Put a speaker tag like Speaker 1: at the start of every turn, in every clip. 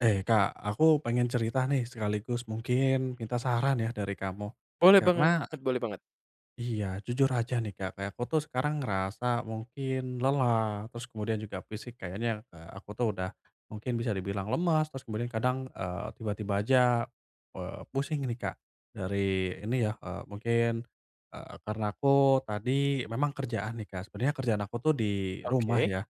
Speaker 1: Eh Kak, aku pengen cerita nih sekaligus mungkin minta saran ya dari kamu.
Speaker 2: Boleh
Speaker 1: Karena
Speaker 2: banget boleh banget.
Speaker 1: iya jujur aja nih Kak, kayak aku tuh sekarang ngerasa mungkin lelah, terus kemudian juga fisik kayaknya, aku tuh udah mungkin bisa dibilang lemas, terus kemudian kadang, tiba-tiba aja, pusing nih Kak. Dari ini ya, mungkin, karena aku tadi memang kerjaan nih Kak, sebenarnya kerjaan aku tuh di rumah
Speaker 2: Oke,
Speaker 1: ya.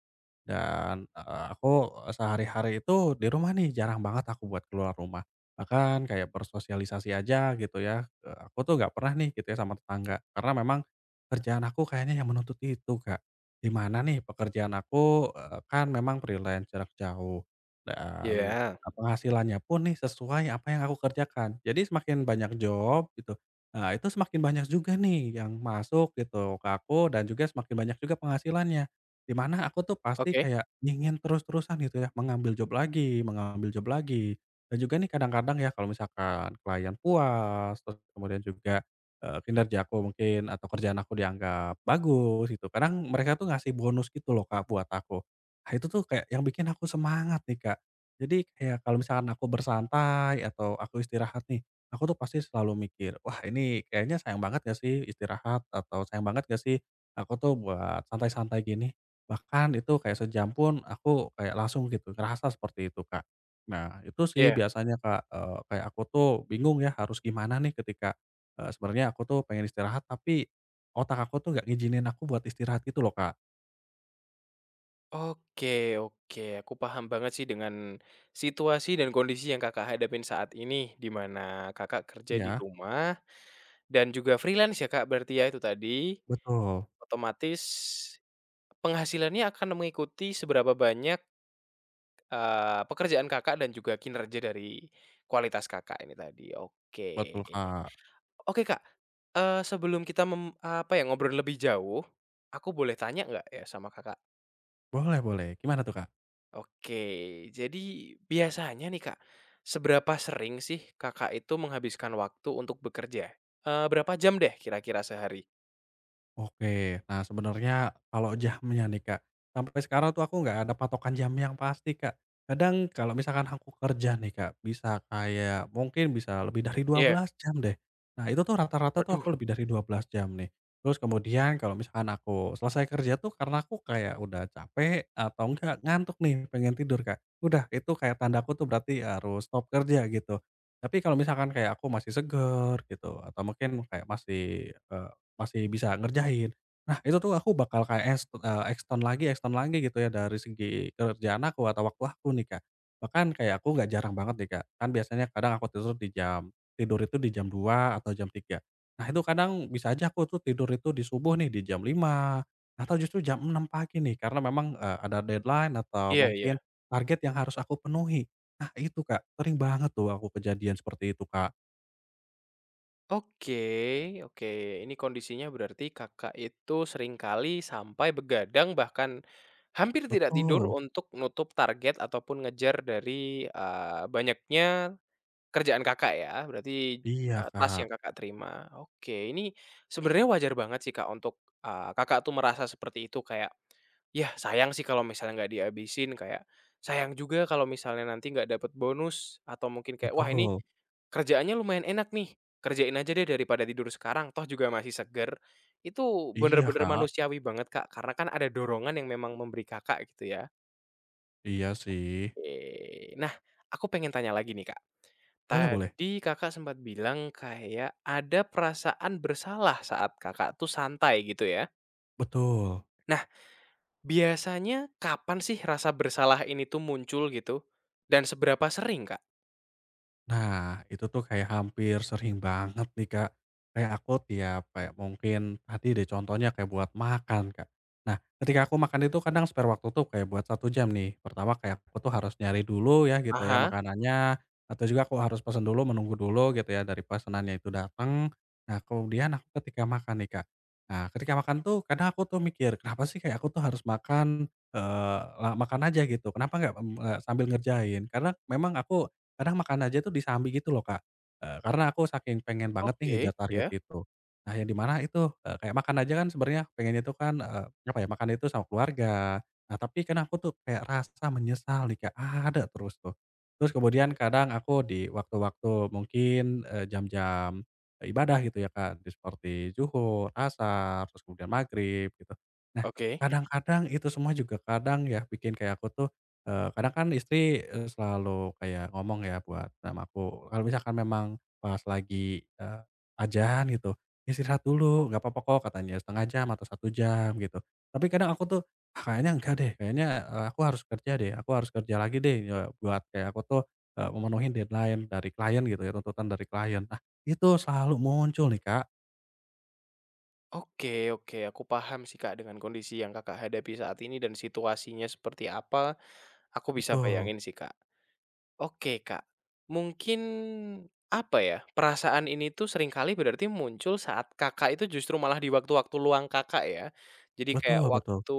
Speaker 1: Dan, aku sehari-hari itu di rumah nih, jarang banget aku buat keluar rumah. Bahkan kayak bersosialisasi aja gitu ya, aku tuh nggak pernah nih gitu ya sama tetangga. Karena memang kerjaan aku kayaknya yang menuntut itu, Kak. Di mana nih pekerjaan aku, kan memang freelance jarak jauh dan,
Speaker 2: iya,
Speaker 1: penghasilannya pun nih sesuai apa yang aku kerjakan. Jadi semakin banyak job gitu, nah itu semakin banyak juga nih yang masuk gitu ke aku dan juga semakin banyak juga penghasilannya. Di mana aku tuh pasti
Speaker 2: oke,
Speaker 1: kayak ingin terus-terusan gitu ya, mengambil job lagi mengambil job lagi. Dan juga nih kadang-kadang ya kalau misalkan klien puas, terus kemudian juga, kinerja aku mungkin atau kerjaan aku dianggap bagus gitu, kadang mereka tuh ngasih bonus gitu loh Kak buat aku. Nah itu tuh kayak yang bikin aku semangat nih Kak. Jadi kayak kalau misalkan aku bersantai atau aku istirahat nih, aku tuh pasti selalu mikir, "Wah ini kayaknya sayang banget gak sih istirahat?" Atau, "Sayang banget gak sih aku tuh buat santai-santai gini?" Bahkan itu kayak sejam pun aku kayak langsung gitu ngerasa seperti itu, Kak. Nah itu sih
Speaker 2: iya.
Speaker 1: biasanya, Kak, kayak aku tuh bingung ya harus gimana nih ketika, sebenarnya aku tuh pengen istirahat tapi otak aku tuh nggak ngizinin aku buat istirahat gitu loh, Kak.
Speaker 2: Oke oke, aku paham banget sih dengan situasi dan kondisi yang Kakak hadapin saat ini, di mana Kakak kerja di
Speaker 1: Iya,
Speaker 2: rumah dan juga freelance ya, Kak, berarti ya itu tadi,
Speaker 1: betul
Speaker 2: otomatis penghasilannya akan mengikuti seberapa banyak, pekerjaan Kakak dan juga kinerja dari kualitas Kakak ini tadi, oke.
Speaker 1: betul, Kak.
Speaker 2: Oke Kak, sebelum kita apa ya, ngobrol lebih jauh, aku boleh tanya nggak ya sama Kakak?
Speaker 1: Boleh boleh, gimana tuh, Kak?
Speaker 2: Oke, jadi biasanya nih Kak, seberapa sering sih Kakak itu menghabiskan waktu untuk bekerja? Berapa jam deh kira-kira sehari?
Speaker 1: Oke. Nah, sebenarnya kalau jamnya nih, Kak, sampai sekarang tuh aku nggak ada patokan jam yang pasti, Kak. Kadang kalau misalkan aku kerja nih, Kak, bisa kayak mungkin bisa lebih dari dua
Speaker 2: Iya,
Speaker 1: belas jam deh. Nah, itu tuh rata-rata tuh
Speaker 2: waduh,
Speaker 1: aku lebih dari 12 jam nih. Terus kemudian kalau misalkan aku selesai kerja tuh karena aku kayak udah capek atau enggak ngantuk nih, pengen tidur, Kak. Udah, itu kayak tandaku tuh berarti harus stop kerja gitu. Tapi kalau misalkan kayak aku masih seger gitu atau mungkin kayak masih, masih bisa ngerjain. Nah, itu tuh aku bakal kayak es extend lagi gitu ya dari segi kerjaan aku atau waktu aku nih, Kak. Bahkan kayak aku nggak jarang banget nih, Kak, kan biasanya kadang aku tidur di jam tidur itu di jam 2 atau jam 3. Nah, itu kadang bisa aja aku tuh tidur itu di subuh nih di jam 5 atau justru jam 6 pagi nih karena memang, ada deadline atau
Speaker 2: iya iya.
Speaker 1: mungkin target yang harus aku penuhi. Nah itu, Kak, sering banget tuh aku kejadian seperti itu, Kak.
Speaker 2: Oke oke, ini kondisinya berarti Kakak itu seringkali sampai begadang bahkan hampir tidak tidur
Speaker 1: Betul.
Speaker 2: untuk nutup target ataupun ngejar dari, banyaknya kerjaan Kakak ya, berarti,
Speaker 1: Iya,
Speaker 2: tas
Speaker 1: Kak.
Speaker 2: yang Kakak terima. Oke, ini sebenarnya wajar banget sih, Kak, untuk, Kakak tuh merasa seperti itu kayak, "Yah, sayang sih kalau misalnya nggak dihabisin," kayak, "Sayang juga kalau misalnya nanti nggak dapet bonus," atau mungkin kayak, "Wah, ini
Speaker 1: Betul.
Speaker 2: kerjaannya lumayan enak nih, kerjain aja deh daripada tidur sekarang, toh juga masih seger." Itu
Speaker 1: Iya
Speaker 2: bener-bener
Speaker 1: Kak,
Speaker 2: manusiawi banget, Kak, karena kan ada dorongan yang memang memberi Kakak gitu ya.
Speaker 1: iya sih.
Speaker 2: Nah, aku pengen tanya lagi nih, Kak.
Speaker 1: Boleh boleh,
Speaker 2: Tadi Kakak sempat bilang kayak ada perasaan bersalah saat Kakak tuh santai gitu ya.
Speaker 1: betul.
Speaker 2: Nah, biasanya kapan sih rasa bersalah ini tuh muncul gitu? Dan seberapa sering, Kak?
Speaker 1: Nah, itu tuh kayak hampir sering banget nih, Kak. Kayak aku tiap kayak mungkin tadi deh contohnya kayak buat makan, Kak. Nah, ketika aku makan itu kadang spare waktu tuh kayak buat satu jam nih. Pertama kayak aku tuh harus nyari dulu ya gitu ya
Speaker 2: Ah,
Speaker 1: makanannya, atau juga aku harus pesan dulu, menunggu dulu gitu ya dari pesanannya itu datang. Nah, kemudian aku ketika makan nih, Kak. Nah, ketika makan tuh kadang aku tuh mikir, "Kenapa sih kayak aku tuh harus makan, la makan aja gitu, kenapa nggak, sambil ngerjain?" Karena memang aku kadang makan aja tuh disambi gitu loh, Kak, karena aku saking pengen banget nih
Speaker 2: oke,
Speaker 1: ngejar target
Speaker 2: ya,
Speaker 1: itu. Nah, yang di mana itu, kayak makan aja kan sebenarnya pengennya itu kan, apa ya, makan itu sama keluarga. Nah, tapi kan aku tuh kayak rasa menyesal nih, Kak, ada terus tuh. Terus kemudian kadang aku di waktu-waktu mungkin, jam-jam ibadah gitu ya, Kak, di seperti zuhur, ashar, terus kemudian maghrib gitu. Nah,
Speaker 2: oke.
Speaker 1: kadang-kadang itu semua juga kadang ya bikin kayak aku tuh kadang kan istri, selalu kayak ngomong ya buat sama aku, kalau misalkan memang pas lagi, ajan gitu, "Ya "Istirahat dulu, nggak apa-apa kok," katanya, setengah jam atau satu jam," gitu. Tapi kadang aku tuh, "Ah, kayaknya enggak deh, kayaknya, aku harus kerja deh, aku harus kerja lagi deh," buat kayak aku tuh, memenuhi deadline dari klien gitu ya, tuntutan dari klien. Nah, itu selalu muncul nih, Kak.
Speaker 2: Oke oke, aku paham sih, Kak, dengan kondisi yang Kakak hadapi saat ini dan situasinya seperti apa, aku bisa
Speaker 1: Betul,
Speaker 2: bayangin sih, Kak. Oke, Kak. Mungkin, apa ya, perasaan ini tuh seringkali berarti muncul saat Kakak itu justru malah di waktu-waktu luang Kakak ya. Jadi kayak
Speaker 1: betul.
Speaker 2: waktu,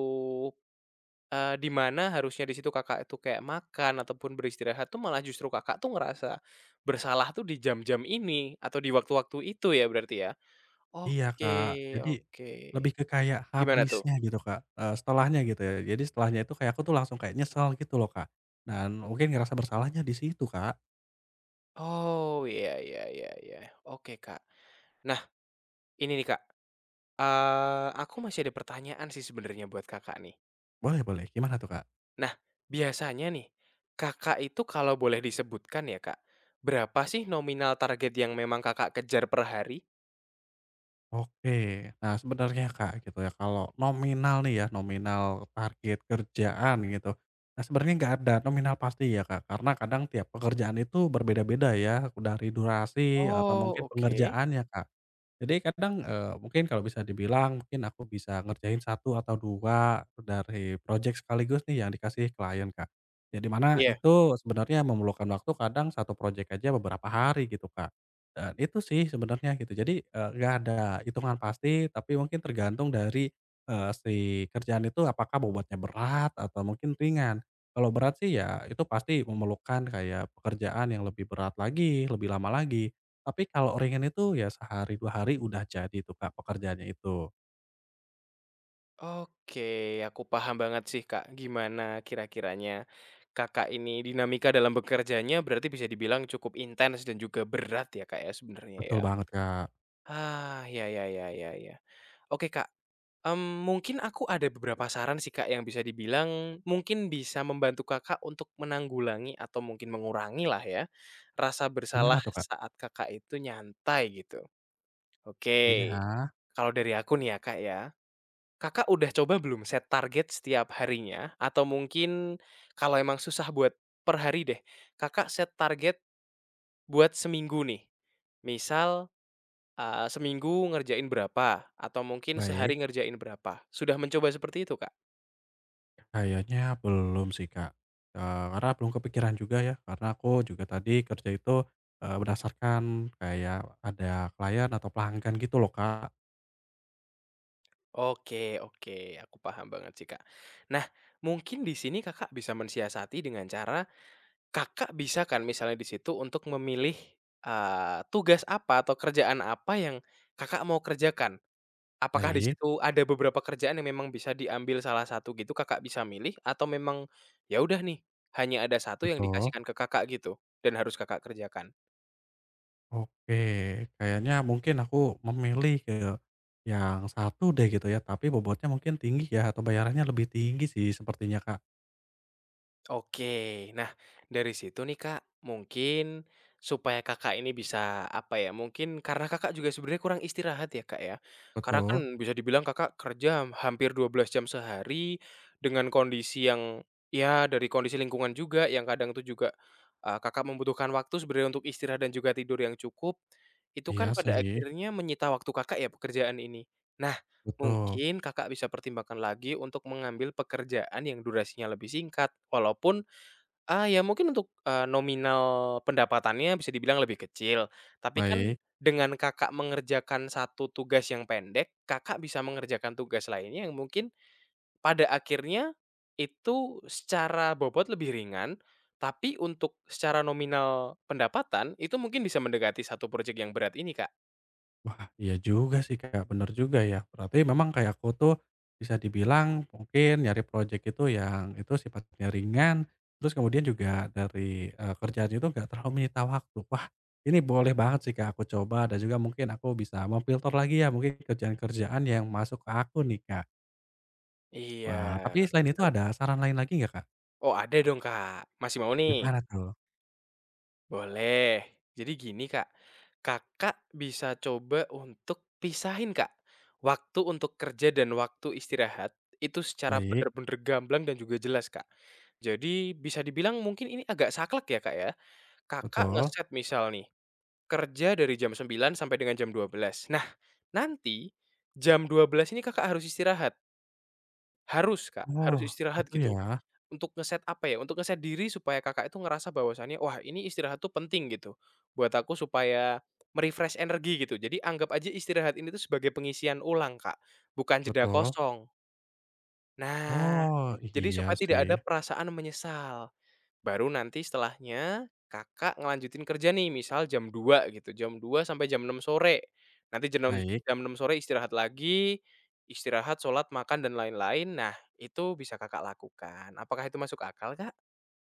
Speaker 2: di mana harusnya di situ Kakak itu kayak makan ataupun beristirahat tuh malah justru Kakak tuh ngerasa bersalah tuh di jam-jam ini atau di waktu-waktu itu ya berarti ya?
Speaker 1: Iya,
Speaker 2: Oke
Speaker 1: Kak. Jadi
Speaker 2: oke.
Speaker 1: lebih ke kayak
Speaker 2: Gimana tuh?
Speaker 1: habisnya gitu, Kak, setelahnya gitu ya. Jadi setelahnya itu kayak aku tuh langsung kayak nyesel gitu loh, Kak. Dan mungkin ngerasa bersalahnya di situ, Kak.
Speaker 2: Oh, iya iya iya iya. Oke, Kak. Nah, ini nih, Kak. Aku masih ada pertanyaan sih sebenarnya buat Kakak nih.
Speaker 1: Boleh boleh, gimana tuh, Kak?
Speaker 2: Nah, biasanya nih, Kakak itu kalau boleh disebutkan ya, Kak, berapa sih nominal target yang memang Kakak kejar per hari?
Speaker 1: Oke. Nah, sebenarnya, Kak, gitu ya, kalau nominal nih ya, nominal target kerjaan gitu. Nah, sebenarnya nggak ada nominal pasti ya, Kak, karena kadang tiap pekerjaan itu berbeda-beda ya, dari durasi atau mungkin
Speaker 2: Oh, oke.
Speaker 1: pengerjaannya, Kak. Jadi kadang, mungkin kalau bisa dibilang mungkin aku bisa ngerjain satu atau 2 dari project sekaligus nih yang dikasih klien, Kak. Jadi mana
Speaker 2: Iya.
Speaker 1: itu sebenarnya memerlukan waktu kadang satu project aja beberapa hari gitu, Kak. Dan itu sih sebenarnya gitu. Jadi, nggak ada hitungan pasti tapi mungkin tergantung dari, si kerjaan itu apakah bobotnya berat atau mungkin ringan. Kalau berat sih ya itu pasti memerlukan kayak pekerjaan yang lebih berat lagi, lebih lama lagi. Tapi kalau ringan itu ya sehari 2 hari udah jadi tuh Kak pekerjaannya itu.
Speaker 2: Oke, aku paham banget sih, Kak, gimana kira-kiranya Kakak ini dinamika dalam bekerjanya berarti bisa dibilang cukup intens dan juga berat ya, Kak, ya sebenarnya
Speaker 1: Betul
Speaker 2: ya.
Speaker 1: banget Kak.
Speaker 2: Ah, ya ya ya ya ya. Oke, Kak. Mungkin aku ada beberapa saran sih, Kak, yang bisa dibilang mungkin bisa membantu Kakak untuk menanggulangi atau mungkin mengurangi lah ya, rasa
Speaker 1: Gimana
Speaker 2: bersalah
Speaker 1: tuh Kak?
Speaker 2: saat Kakak itu nyantai gitu.
Speaker 1: Iya,
Speaker 2: Oke, kalau dari aku nih ya, Kak, ya, Kakak udah coba belum set target setiap harinya? Atau mungkin kalau emang susah buat per hari deh, Kakak set target buat seminggu nih. Misal, seminggu ngerjain berapa atau mungkin
Speaker 1: baik.
Speaker 2: sehari ngerjain berapa. Sudah mencoba seperti itu, Kak?
Speaker 1: Kayaknya belum sih Kak, karena belum kepikiran juga ya karena aku juga tadi kerja itu, berdasarkan kayak ada klien atau pelanggan gitu loh Kak.
Speaker 2: Oke oke, aku paham banget sih, Kak. Nah, mungkin di sini Kakak bisa mensiasati dengan cara Kakak bisa kan misalnya di situ untuk memilih, tugas apa atau kerjaan apa yang Kakak mau kerjakan. Apakah di
Speaker 1: Baik,
Speaker 2: situ ada beberapa kerjaan yang memang bisa diambil salah satu gitu, Kakak bisa milih atau memang ya udah nih, hanya ada satu yang
Speaker 1: betul.
Speaker 2: dikasihkan ke Kakak gitu dan harus Kakak kerjakan?
Speaker 1: Oke, kayaknya mungkin aku memilih ke yang satu deh gitu ya, tapi bobotnya mungkin tinggi ya atau bayarannya lebih tinggi sih sepertinya Kak.
Speaker 2: Oke. Nah, dari situ nih, Kak, mungkin supaya Kakak ini bisa, apa ya, mungkin karena Kakak juga sebenarnya kurang istirahat ya, Kak, ya. Karena kan
Speaker 1: Betul.
Speaker 2: bisa dibilang Kakak kerja hampir 12 jam sehari dengan kondisi yang, ya dari kondisi lingkungan juga yang kadang tuh juga, Kakak membutuhkan waktu sebenarnya untuk istirahat dan juga tidur yang cukup. Itu kan
Speaker 1: Iya
Speaker 2: pada
Speaker 1: sih,
Speaker 2: akhirnya menyita waktu Kakak ya pekerjaan ini. Nah,
Speaker 1: betul.
Speaker 2: mungkin Kakak bisa pertimbangkan lagi untuk mengambil pekerjaan yang durasinya lebih singkat, walaupun, ah ya mungkin untuk, nominal pendapatannya bisa dibilang lebih kecil, tapi kan
Speaker 1: Baik.
Speaker 2: dengan Kakak mengerjakan satu tugas yang pendek, Kakak bisa mengerjakan tugas lainnya yang mungkin pada akhirnya itu secara bobot lebih ringan, tapi untuk secara nominal pendapatan itu mungkin bisa mendekati satu proyek yang berat ini, Kak.
Speaker 1: Wah, iya juga sih, Kak, bener juga ya. Berarti memang kayak aku tuh bisa dibilang mungkin nyari project itu yang itu sifatnya ringan, terus kemudian juga dari, kerjaan itu nggak terlalu menyita waktu. Wah, ini boleh banget sih, Kak, aku coba dan juga mungkin aku bisa memfilter lagi ya mungkin kerjaan-kerjaan yang masuk ke aku nih, Kak.
Speaker 2: Iya,
Speaker 1: Wah, tapi selain itu
Speaker 2: bener.
Speaker 1: ada saran lain lagi nggak, Kak?
Speaker 2: Oh, ada dong, Kak. Masih mau nih?
Speaker 1: Gimana tuh?
Speaker 2: Boleh. Jadi gini Kak, Kakak bisa coba untuk pisahin Kak, waktu untuk kerja dan waktu istirahat itu secara
Speaker 1: Baik,
Speaker 2: bener-bener gamblang dan juga jelas Kak. Jadi bisa dibilang mungkin ini agak saklek ya Kak ya, Kakak
Speaker 1: betul.
Speaker 2: ngeset misal nih, kerja dari jam 9 sampai dengan jam 12. Nah, nanti jam 12 ini Kakak harus istirahat, harus Kak, harus
Speaker 1: Oh,
Speaker 2: istirahat
Speaker 1: itu
Speaker 2: gitu.
Speaker 1: ya?
Speaker 2: Untuk ngeset diri supaya Kakak itu ngerasa bahwasannya, "Wah, ini istirahat tuh penting," gitu, buat aku supaya me energi gitu. Jadi anggap aja istirahat ini tuh sebagai pengisian ulang, Kak, bukan jeda
Speaker 1: Betul.
Speaker 2: kosong. Nah,
Speaker 1: Oh,
Speaker 2: jadi
Speaker 1: iya
Speaker 2: supaya tidak ada
Speaker 1: sih.
Speaker 2: perasaan menyesal. Baru nanti setelahnya Kakak ngelanjutin kerja nih, misal jam 2 gitu, jam 2 sampai jam 6 sore. Nanti
Speaker 1: Baik.
Speaker 2: jam 6.00 sore istirahat lagi, istirahat, sholat, makan, dan lain-lain. Nah, itu bisa Kakak lakukan. Apakah itu masuk akal, Kak?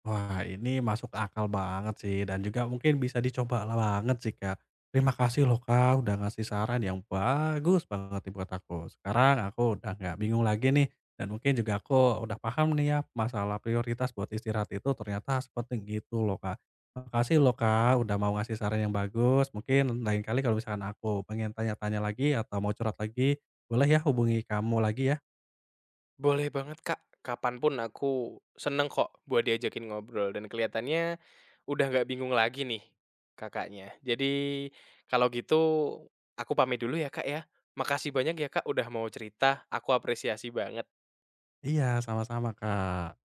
Speaker 1: Wah, ini masuk akal banget sih dan juga mungkin bisa dicoba lah banget sih, Kak. Terima kasih loh, Kak, udah ngasih saran yang bagus banget nih buat aku. Sekarang aku udah nggak bingung lagi nih dan mungkin juga aku udah paham nih ya masalah prioritas buat istirahat itu ternyata sepenting gitu loh, Kak. Makasih loh, Kak, udah mau ngasih saran yang bagus. Mungkin lain kali kalau misalkan aku pengen tanya-tanya lagi atau mau curhat lagi, boleh ya hubungi kamu lagi ya.
Speaker 2: Boleh banget, Kak. Kapanpun aku seneng kok buat diajakin ngobrol dan kelihatannya udah nggak bingung lagi nih Kakaknya. Jadi kalau gitu aku pamit dulu ya, Kak, ya. Makasih banyak ya, Kak, udah mau cerita, aku apresiasi banget.
Speaker 1: Iya, sama-sama, Kak.